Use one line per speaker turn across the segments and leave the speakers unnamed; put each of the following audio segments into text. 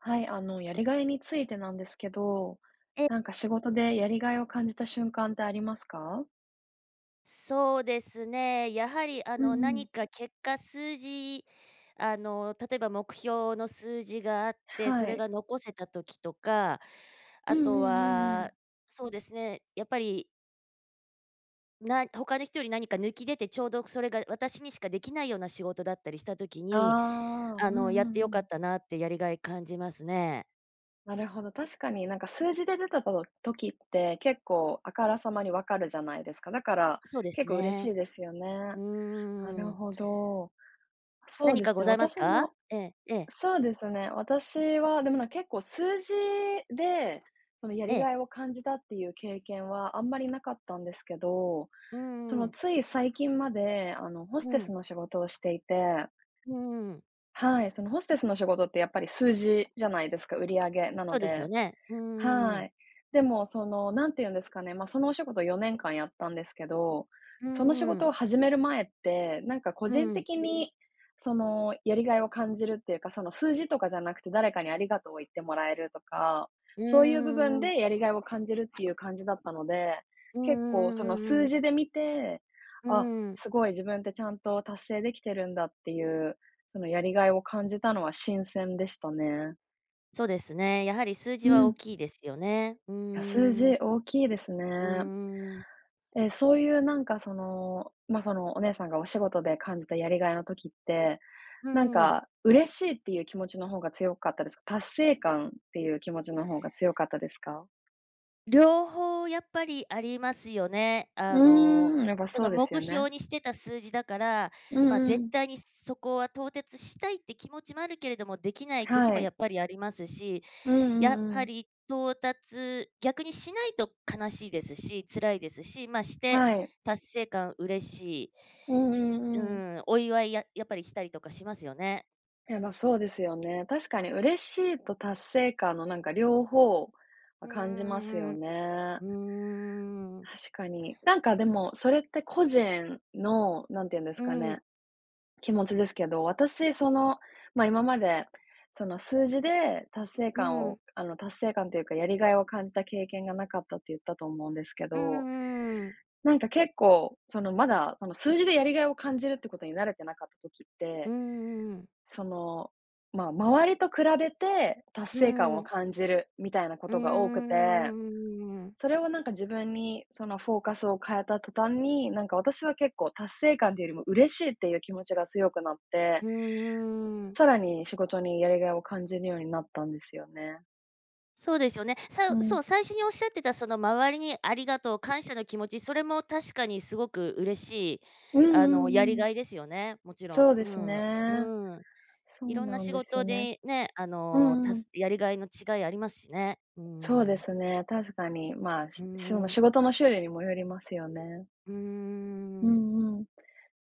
はい、やりがいについてなんですけど、
え、
仕事でやりがいを感じた瞬間ってありますか？
そうですね。やはり
うんうん。
何か結果数字、例えば目標の数字があって、
は
それ
い。
が残せた時とか、
う
あ
んうん
と
うんう
は、
ん。
そうですね、やっぱり他の人より何か抜き出てちょうどそれが私にしかできないような仕事だったりした時
あ
に、
あ、うんう
やってよ
んう
かっ
ん。
たなってやりがい感じますね。
なるほど、確かに数字で出たと時って結構あからさまにわかるじゃないですか。だから
そうです
結構嬉しい
ね。
ですよね。
う
な
ー
る
ん。
ほど。そう
何
で
か
す
ご
ね、
ざいます
私
か？
も
ええええ
そうですね。私は、でも結構数字で、そのや
え
りが
え。
いを感じたっていう経験はあんまりなかったんですけど、
うー
その
ん、
つい最近まで、ホステ
う
ス
ん、
の仕事をしていて、
うん。
はい、そのホステスの仕事ってやっぱり数字じゃないですか、売り上げなの
そうですよ
で。
ね。うー
は
ん。
い。でも、なんて言うんですかね、そのお仕事を4年間やったんですけど、
う
その仕
ー
事
ん。
を始める前って、個
う
人
ん。
的に、やりがいを感じるっていうか、その数字とかじゃなくて、誰かにありがとうを言ってもらえるとか、
う
そういう部分
ーん。
でやりがいを感じるっていう感じだったので、
うんう
結構
ん
そ
う
の
んうん
数
うん。
字で見て、
う
あ、
ーん。
すごい自分ってちゃんと達成でできててるんだっいいうそののやりがいを感じたたは新鮮でしたね。
そうですね。やはり数字
う
は大
ん、
きいですよね。う
や、数
ー
字
ん。
大きいです
うー
ね。
ん。
そういうそのお姉さんがお仕事で感じたやりがいの時って、
うんん。
嬉しいっていう気持ちの方が強かったですか？達成感っていう気持ちの方が強かったですか？
両方やっぱりありますよね。
うーん、やっぱ
そ
そう
の
ですよ
目
ね。
標にしてた数字だから、
う
まあ、
んう
絶
ん。
対にそこは到達したいって気持ちもあるけれども、できない時
は
もや
い。
っぱりありますし、
うんう
やっ
んう
ぱ
ん。
り到達逆にしないと悲しいですし、辛いですし、ま、して
はい。
達成感嬉しい、
うんう
う
んうん。
ん、お祝いややっぱりしたりとかしますよね。
いや、そうですよね。確かに嬉しいと達成感の両方は
う
感じます
ん
よ
うん
ね。
うんうん。うーん。
確かに。でも、それって個人の、なんて言うんです
う
か
ん。
ね、気持ちですけど、私その、ま、今まで、その数字で達成
う
感を
ん
あの、達成感というか、やりがいを感じた経験がなかったって言ったと思うんですけ
う
ど、
んうん。
結構、まだ、その数字でやりがいを感じるってことに慣れてなかった時っ
うん
て、
うんうん。
その、周りと比べて達成感を感じるみたいなこ
うん
とが多く
う
て、
んうんうんうんうん。うーん。
それを自分にそのフォーカスを変えた途端に、私は結構達成感というよりも嬉しいっていう気持ちが強くなっ
う
て、
ーん。
さらに仕事にやりがいを感じるようになったんですよね。
そうですよね。
う
さそ
ん。
う、最初におっしゃってたその周りにありがとう、感謝の気持ち、それも確かにすごく嬉しい、
うんう
や
ん
り
うん。
がいですよね、もちろ
そ
ん。
うで
う
す
ん。
ね。
うん。
そ
い
う
ろんな
なん
仕
ですよ
事
ね。
でね、
うんうん。
やりがいの違いありますしね。うー
そうで
ん。
すね、確かに、まあ、
うー
その
ん。
仕事の種類にもよりますよね。
うー
う
ん。
んうん。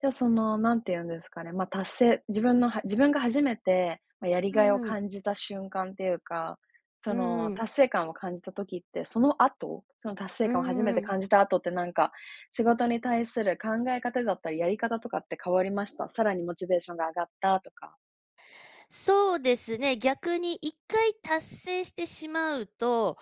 じゃ、その、なんて言うんですかね、ま、達成自分のは自分が初めて、まあ、やり
う
がいを
ーん。
感じた瞬間っていうか、
うーん。
達成感を感じた時って、その後、その達成
う
感を初め
ー
て
ん。
感じた後って仕事に対する考え方だったり、やり方とかって変わりました？さらにモチベーションが上がったとか。
そうですね、逆に1回達成してしまうと、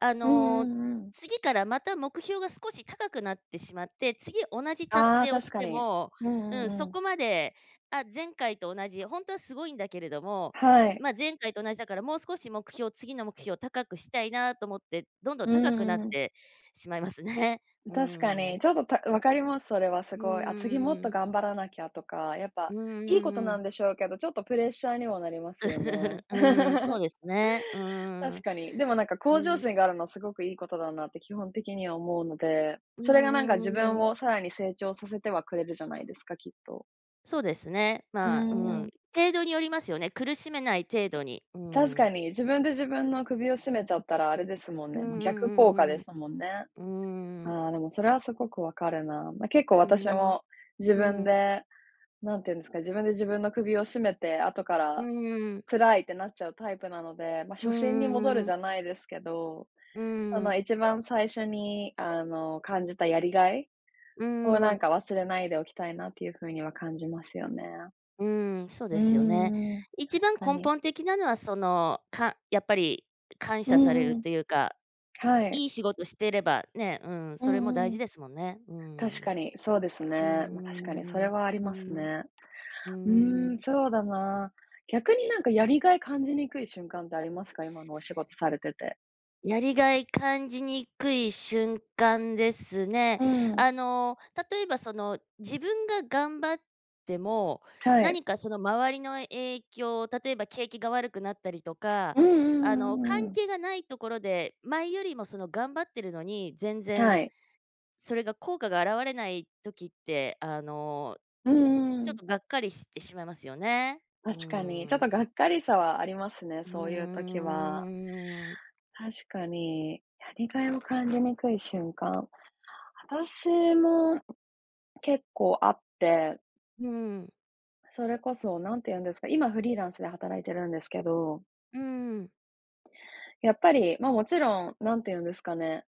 あ
うんう
の、
んうん。
次からまた目標が少し高くなってしまって、次同じ達
ああ、
成を
確
し
か
て
に。
も、
うんう
うん、
んう
そ
ん。
こまで、あ、前回と同じ、本当はすごいんだけれども、
はい。
前回と同じだからもう少し次の目標を高くしたいなと思って、どんどん
う
高くな
ん
っ
うん、
てしまいますね。うー
確かに、
ん。
ちょっと、分かります、それはす
う
ごい。あ、次もっと
ーん。
頑張らなきゃとか、やっぱ
うー
いいことなん
ん。
でしょうけど、ちょっとプレッシャーにもなりますよね。
うーん、そう ですね。うーん。
確かに。でも
うー
向上
ん。
心があるのはすごくいいことだなって基本的には思うので、
う
それが
んう
自
ん
分
うん。
をさらに成長させてはくれるじゃないですか、きっと。
そうですね。
うー
まあ、う
ん、
ん。程度によりますよね。苦しめない程度に。う
確か
ん。
に、自分で自分の首を絞めちゃったらあれですもん
う
ね、
ん
もう逆効果
うんうん
で
う
すもんね。
ん。うーん。
ああ、でもそれはすごくわかるな。まあ、結構
う
私
ん。
も自
う
分
ん。
でなんていうんですか、自分で自分の首を絞めて、後か
う
ら
んうん
辛いってなっちゃうタイプなので、まあ、
う
初心に戻
ん
る
う
じ
ん。
ゃないですけど、
う
そ
ん。
の一番最初に、感じたやりがい
う
を
ん。
忘れないでおきたいなっていう風には感じますよね。
うんそう
うー
ですよね。
ん、確
一番
か
根
に。
本的なのは、やっぱり感
う
謝され
ん
る
うん。
というか、
はい。
いい仕事してればね、うん、
う
それも大
んう
事
ん。
ですもんね。う
確
ん。
かに、そうですね。まあ、確かにそれはあり
う
ます
ん。
ね。
うん。う
う
んうん
ー
う
ん、
ん。
そうだな。逆にやりがい感じにくい瞬間ってありますか？今のお仕事されてて。
やりがい感じにくい瞬間ですね。
うん。
あの、例えば自分が頑張っても、
はい。
何かその周りの影響、例えば景気が悪くなったりとか、
うんうんうん
関
うん、
係がないところで、前よりも頑張ってるのに、全
は
然
い。
それが効果が現れない時って、
うんうん
ちょ
う
っ
ん。
とがっかりしてしまいますよね。うー
確かに。ちょっ
ん。
とがっかりさはありますね、
う
そういう時
ー
は。
ん。
確かに。やりがいを感じにくい瞬間。私も結構あって、
うん。
それこそなんて言うんですか、今フリーランスで働いてるんですけど、
うん。
やっぱり、もちろん、なんて言うんですかね、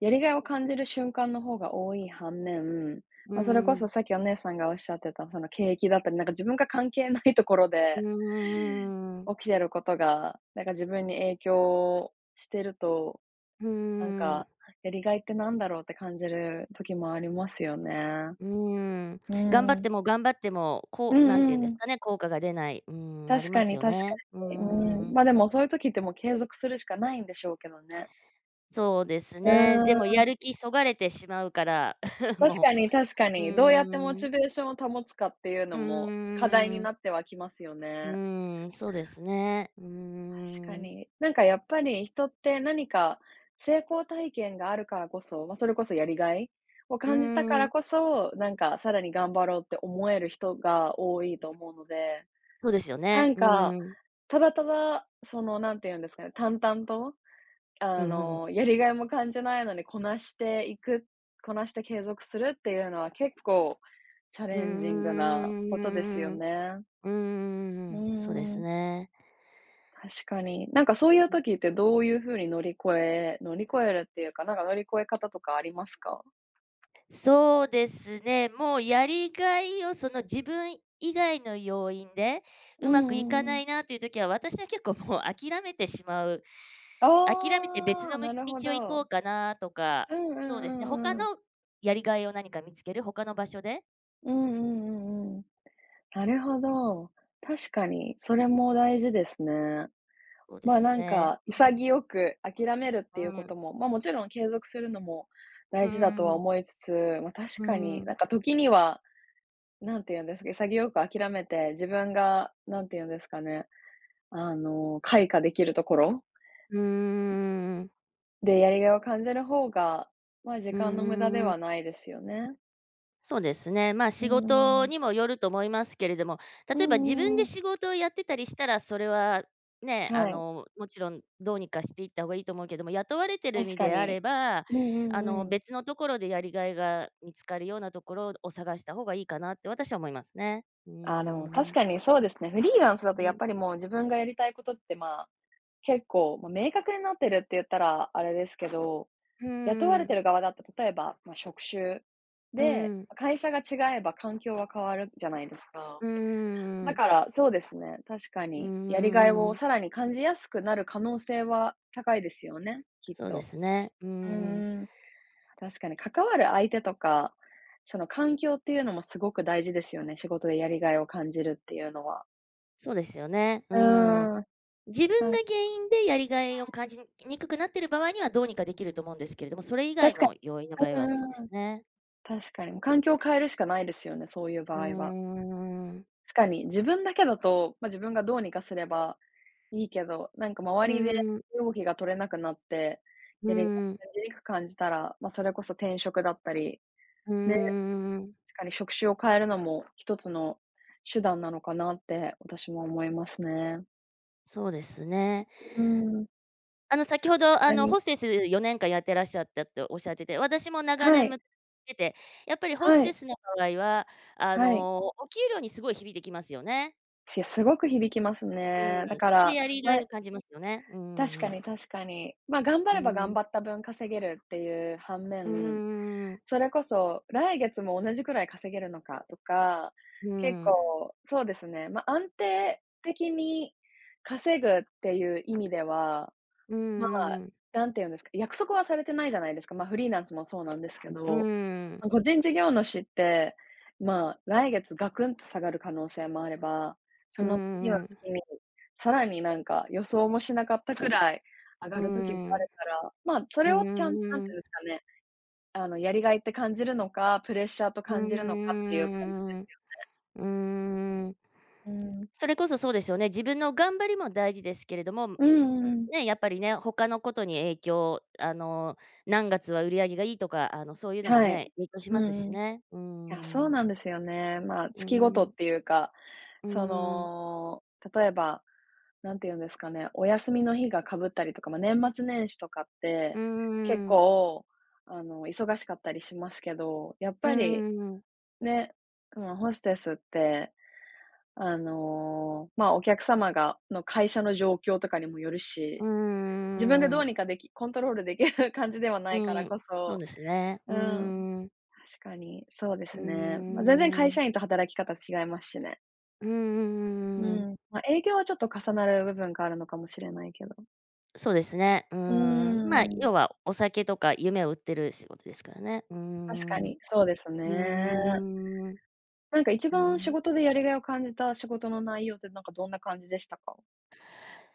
やりがいを感じる瞬間の方が多い反面、
う
それこそ
ん。
さっきお姉さんがおっしゃってた、その景気だったり、自分が関係ないところ
う
で
ーん、
起きてることが、自分に影響してると、
うー
なん
ん、
か、やりがいってなんだろうって感じる時もありますよね。
うーん。
う
頑張っ
ん。
ても頑張っても、
う
なんて言うん
ん
で
う
す
ん。
かね、効果が出ない、うーん、あり
確
ま
か
す
に
よ
確か
ね。うー
に。うん、
ん。
でもそういう時ってもう継続するしかないんでしょうけどね。
そうです
う
ね。でも
ーん。
やる気そがれてしまうから、
確
も
かに確か
う、う
に。どうやってモ
ーん、
チベーションを保つかっていう
う
の
ー
も、課題にな
ん、
ってはきますよ
う
ね。
ーん、そうですね。うー
確か
ん、
に。やっぱり人って何か成功体験があるからこそ、まあ、それこそやりがいを
う
感じたか
ー
ら
ん、
こそ、さらに頑張ろうって思える人が多いと思うので、
そうですよ
な
ね。
ん
う
か、
ーん、
ただただ、その、なんて言うんですかね、淡々と、
うんうん、
やりがいも感じないのにこなしていく、こなして継続するっていうのは結構チャ
うー
レンジングなことですよ
ん、う
ね。
ー
うー
ん、そうです
ん、
ね。
確かに。そういう時ってどういう風に乗り越えるっていうか、乗り越え方とかありますか？
そうですね。もうやりがいをその自分以外の要因で
う
う
んう
まくいか
んう
な
ん。
いなという時は、私は結構もう諦めてしまう。諦めて別
ああ、
のむ
なるほ
道を行こ
ど。
うかなとか、
うんうん
そうですね、
う
他
んうん。
のやりがいを何か見つける、他の場所で、
うんうんうんうん。なるほど。確かに、それも大事ですね。
そうですね。うん、
潔く諦めるってい
う
うこと
ん、
も、もちろん継続するのも
う
大事だと
ん
は
うん、
思いつつ、確
う
かに、
ん、
時には、なんて言うんですか、潔く諦めて、自分がなんて言うんですかね、あの、開花できるところ
うん、
でやりがいを感じる方が、時
う
間の無駄で
ん。
はないですよね。
そうですね。まあ、
う
仕
ー
事
ん。
にもよると思いますけれども、
うん
例えば自分
うんう
で
ん。
仕事をやってたりしたら、それはね、
はい、
もちろんどうにかしていった方がいいと思うけども、雇われてる
確
身
か
であ
に。
れば、
うんうんうん。
別のところでやりがいが見つかるようなところを探した方がいいかなって私は思いますね。うー
あ、でも確か
ん。
にそうですね。フリーランスだと
う
やっ
ん
ぱりもう自分がやりたいことって、結構、まあ、明確になってるって言ったらあれですけど、
う
雇われて
ん、
る側だって例えば、まあ、職種
う
で、
ん、
会社が違えば環境は変わるじゃないですか。
うん、う
だ
ん、
からそうですね、確か
う
にやりがいを
ん、
さらに感じやすくなる可能性は高いですよね、きっ
そうで
と。
すね。う
う
ん、
んん。確かに関わる相手とか、その環境っていうのもすごく大事ですよね、仕事でやりがいを感じるっていうのは。
そうですよね。
う
うん。
ーん、
自分
な
が
ん
原因でやりがいを感じにくくなっている場合にはどうにかできると思うんですけれども、それ以外
確か
の要因の場合
に。
はそうで
う
す
ん。
ね。
確かに、もう環境を変えるしかないですよね、そういう
う
場合は。
ーん。
確かに、自分だけだと、まあ、自分がどうにかすればいいけど、なんか
う
周りで
ーん。
動きが取れなくなって、
う
やりがい
ーん。
を感じにくく感じたら、まあ、それこそ転職だったり、
う
ね、
ーん。
確かに職種を変えるのも一つの手段なのかなって私も思いますね。
そうですね。
うん、
先ほ
確
ど、
かに。
ホステス4年間やってらっしゃったっておっしゃってて、私も長
は
年
い、
向てて、やっぱりホス
は
テ
い、
スの場合は、
はい。
お給料にすごい響いてきますよね。
いや、すごく響きます
うん、そ
ね。だか
れで
ら、
やりがいを感じますよね。うんう
確
ん
か
うん。
に、確かに。ま、あ頑張
うー
れば頑
ん。
張った分稼げるっていう反面、
う
それこそ来月も同じくらい稼げるのかとか、結
ん。
構そうですね、ま、あ安定的に稼ぐっていう意味では、
うんう
まあ、
んうん。
なんて言うんですか、約束はされてないじゃないですか。ま、あフリーランスもそうなんですけ
う
ど。
ーん。
ま、個人事業主って、まあ、来月ガクンと下がる可能性もあれば、
う
そ
ー
の次の
ん。
月に、さらになんか予想もしなかったくらい上
うー
がる時もある
ん。
から、まあ、そ
う
れをちゃん何
ー
て
ん。
言うんですかね、やりがいって感じるのか、プレッシャーと
う
感じるのかっ
ー
ていう感じです
ん。
よ。
うーん。
うん。
それこそそうですよね。自分の頑張りも大事ですけれども、
うんうんうん。
ね、やっぱりね、他のことに影響、何月は売り上げがいいとか、そういうのも
はい。
ね、影響し
う
ます
んう
し
ん。い
ね。うー
や、そう
ん。
なんですよね。まあ、
う
月ごと
ーん。
っていうか、
うー
そ
ん。
の、例えばなんて言うんですかね、お休みの日がかぶったりとか、まあ、年末年始とかっ
う
て、結
ーん。
構、忙しかったりしますけど、やっ
う
ぱり、
ーん。
ね、まあ、ホステスって、まあ、お客様の会社の状況とかにもよるし、
うー
自分でどう
ん。
にかできコントロールできる 感じではないか
う
ら
ん。
こ
そう
そ、
ですね。
う
う
ん、
ーん。
確かに、そうで
う
すね。
ー
まあ、全然会
ん。
社員と働き方違いますしね。
うんうんう
う
ん、
ん、まあ、営業はちょっと重なる部分があるのかもしれないけど。
そうですね。う
う
ーん。まあ、
ん。
要はお酒とか夢を売ってる仕事ですからね。うー
確か
ん。う
に、そうです
ー
ね。
ん。
なんか一
う
番仕
ん。
事でやりがいを感じた仕事の内容ってなんかどんな感じでしたか？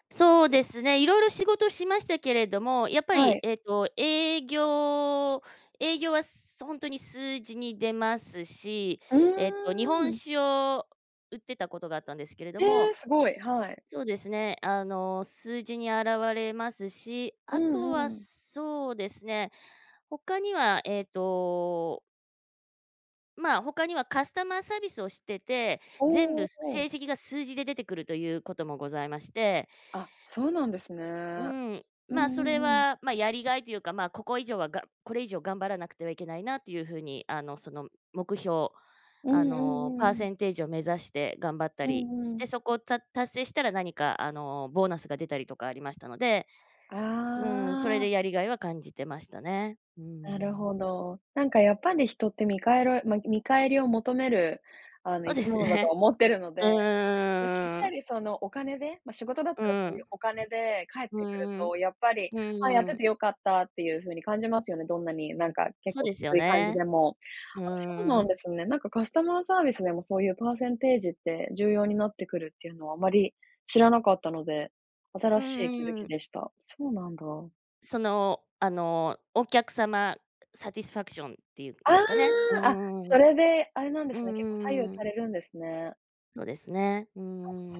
そうですね、いろいろ仕事しましたけれども、やっぱ
は
り、
い。
営業はほんとに数字に出ますし、
う
日
ー
本
ん。
酒を売ってたことがあったんですけれど
え
も。
え、すごい、はい。
そうですね。数字に現れますし、
う
あと
んう
は
ん。
そうですね、他には、えっと、まあ、他にはカスタマーサービスをしてて、全
お
部
おおお。
成績が数字で出てくるということもございまして。
あ、そうなんです
う
ね。
ん、
うん
まあ、そ
う
れ
んうん。
は、まあ、やりがいというか、まあ、これ以上頑張らなくてはいけないなっていう風に、その目標、
うんうんう
パ
ん
ー
うん。
センテージを目指して頑張った
う
りし
んうん。
て、そこを達成したら何か、ボーナスが出たりとかありましたので、
あ
うん、それで
あ、
やりがいは感じてましたね。う
なるほ
ん。
ど。なんかやっぱり人って見返りを求める、あの、
そ
生
うで
き
す
物だと
ね。
思ってるの で、
う
ま、しっ
ー
か
ん、
りそのお金で、ま、仕事だっ
う
たらそういう
ん。
お金で帰っ
う
てくる
ん、
と、やっぱり、あ、やっ
う
て
ん。
てよかったっていう風に感じますよね。どんなになんか結
そう
構
で
き
すよ
つい感じで
ね。
も。
う
あ、そう
ー
なんで
ん。
すね。なんかカスタマーサービスでもそういうパーセンテージって重要になってくるっていうのはあまり知らなかったので、
う
新しい気づ
んう
き
ん、
でした。そうなんだ。
お客様サティスファクションっていうん
あ
ですかね。う
あ、あ、
ー
そ
ん。
れであれなんで
う
すね、結構左右
ん
さ
ん、
れるんですね。
そうですね。う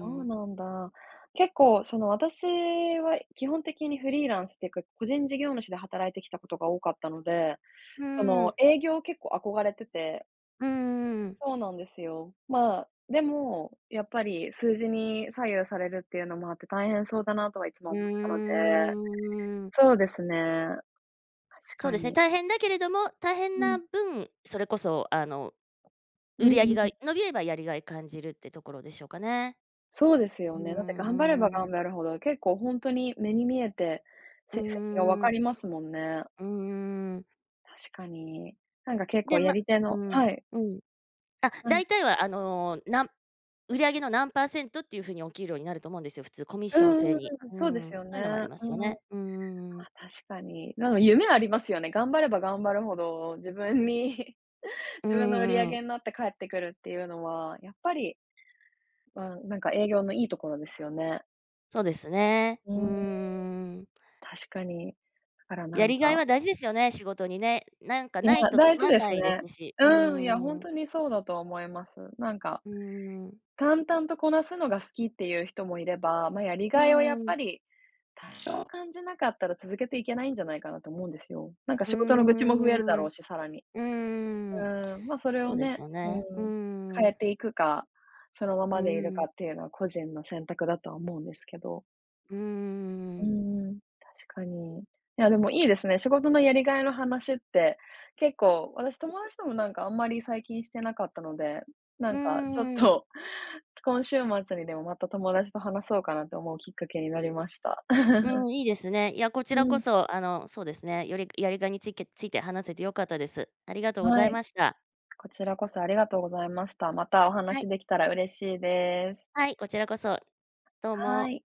そう
ん。
なんだ。結構私は基本的にフリーランスっていうか、個人事業主で働いてきたことが多かったので、
う
そ
ー
の
ん。
営業結構憧れてて、
うーん。
そうなんですよ。まあ、でも、やっぱり数字に左右されるっていうのもあって大変そうだなとはいつも思ってたの
う
で、
ーん。
そうですね、確
そう
か
ですね、
に。
大変だけれども、大変
う
な
ん。
分、それこそ、
う
売り上
んう
げが
ん。
伸びればやりがい感じるってところでしょうかね。
そうですよ
うー
ね。だって頑張れば
ん。
頑張るほど、結構本当に目に見えて
う
成
ー
績がわか
ん。
りますもんね。
うーん。うーん。
確かに。なんか結構
で、
や
ま、
り手の、
うん。
はい。
うん。あ、
うん。
大体は売り上げの何パーセントっていう風にお給料になると思うんですよ、普通コミッ
う
ション
んう
制
ん
に。
うん、
うー
そうです
ん、
よ
そういうのもあ
ね。
りま
う
すよ
ん、ま、
ね。うんうんう
確かに。なの夢ありますよね。頑張れば頑張るほど、自分に 自分の売り上げ
ん、
になって帰ってくるっていうのは、やっぱり、ま、なんか営業のいいところですよね。
そうですね。
う
うー
ーん、
ん。
確かに。だからな
や
ん
りがい
か、
は大事ですよね、仕事にね。なんか
いや、
ないとつ
大事
まん
で
な
す
いで
ね。
すし。うー
うん、いや、ほん
ん。
とにそうだと思います。なんか、
うーん。
淡々とこなすのが好きっていう人もいれば、ま、やり
う
がいをや
ー
っ
ん。
ぱり多少感じなかったら続けていけないんじゃないかなと思うんですよ。なんか
う
仕事の愚痴も増えるだ
ーん。
ろう
う
し、さらに。
ー
う
ん。
ーん、ま、それ
そ
を
うです
ね、
よ
うん、
ね。うー
変え
ん。
ていくか、そのま
う
までいる
ー
か
ん。
っていうのは個人の選択だとは思うんですけど。
うー
う
ん。
ん、確かに。いや、でもいいですね。仕事のやりがいの話って、結構私友達ともなんかあんまり最近してなかったので、な
う
んかちょっ
ーん。
と、今週末にでもまた友達と話そうかなと思うきっかけになりました。
う ん、いいですね。いや、こち
う
らこ
ん、
そ、そうですね、よりやりがいについて話せて良かったです。ありがとうござ
は
い
い。
ました。
こちらこそありがとうございました。またお
は
話
い、
できたら嬉しいです。
はい、こちらこそ、どう
は
も。
い。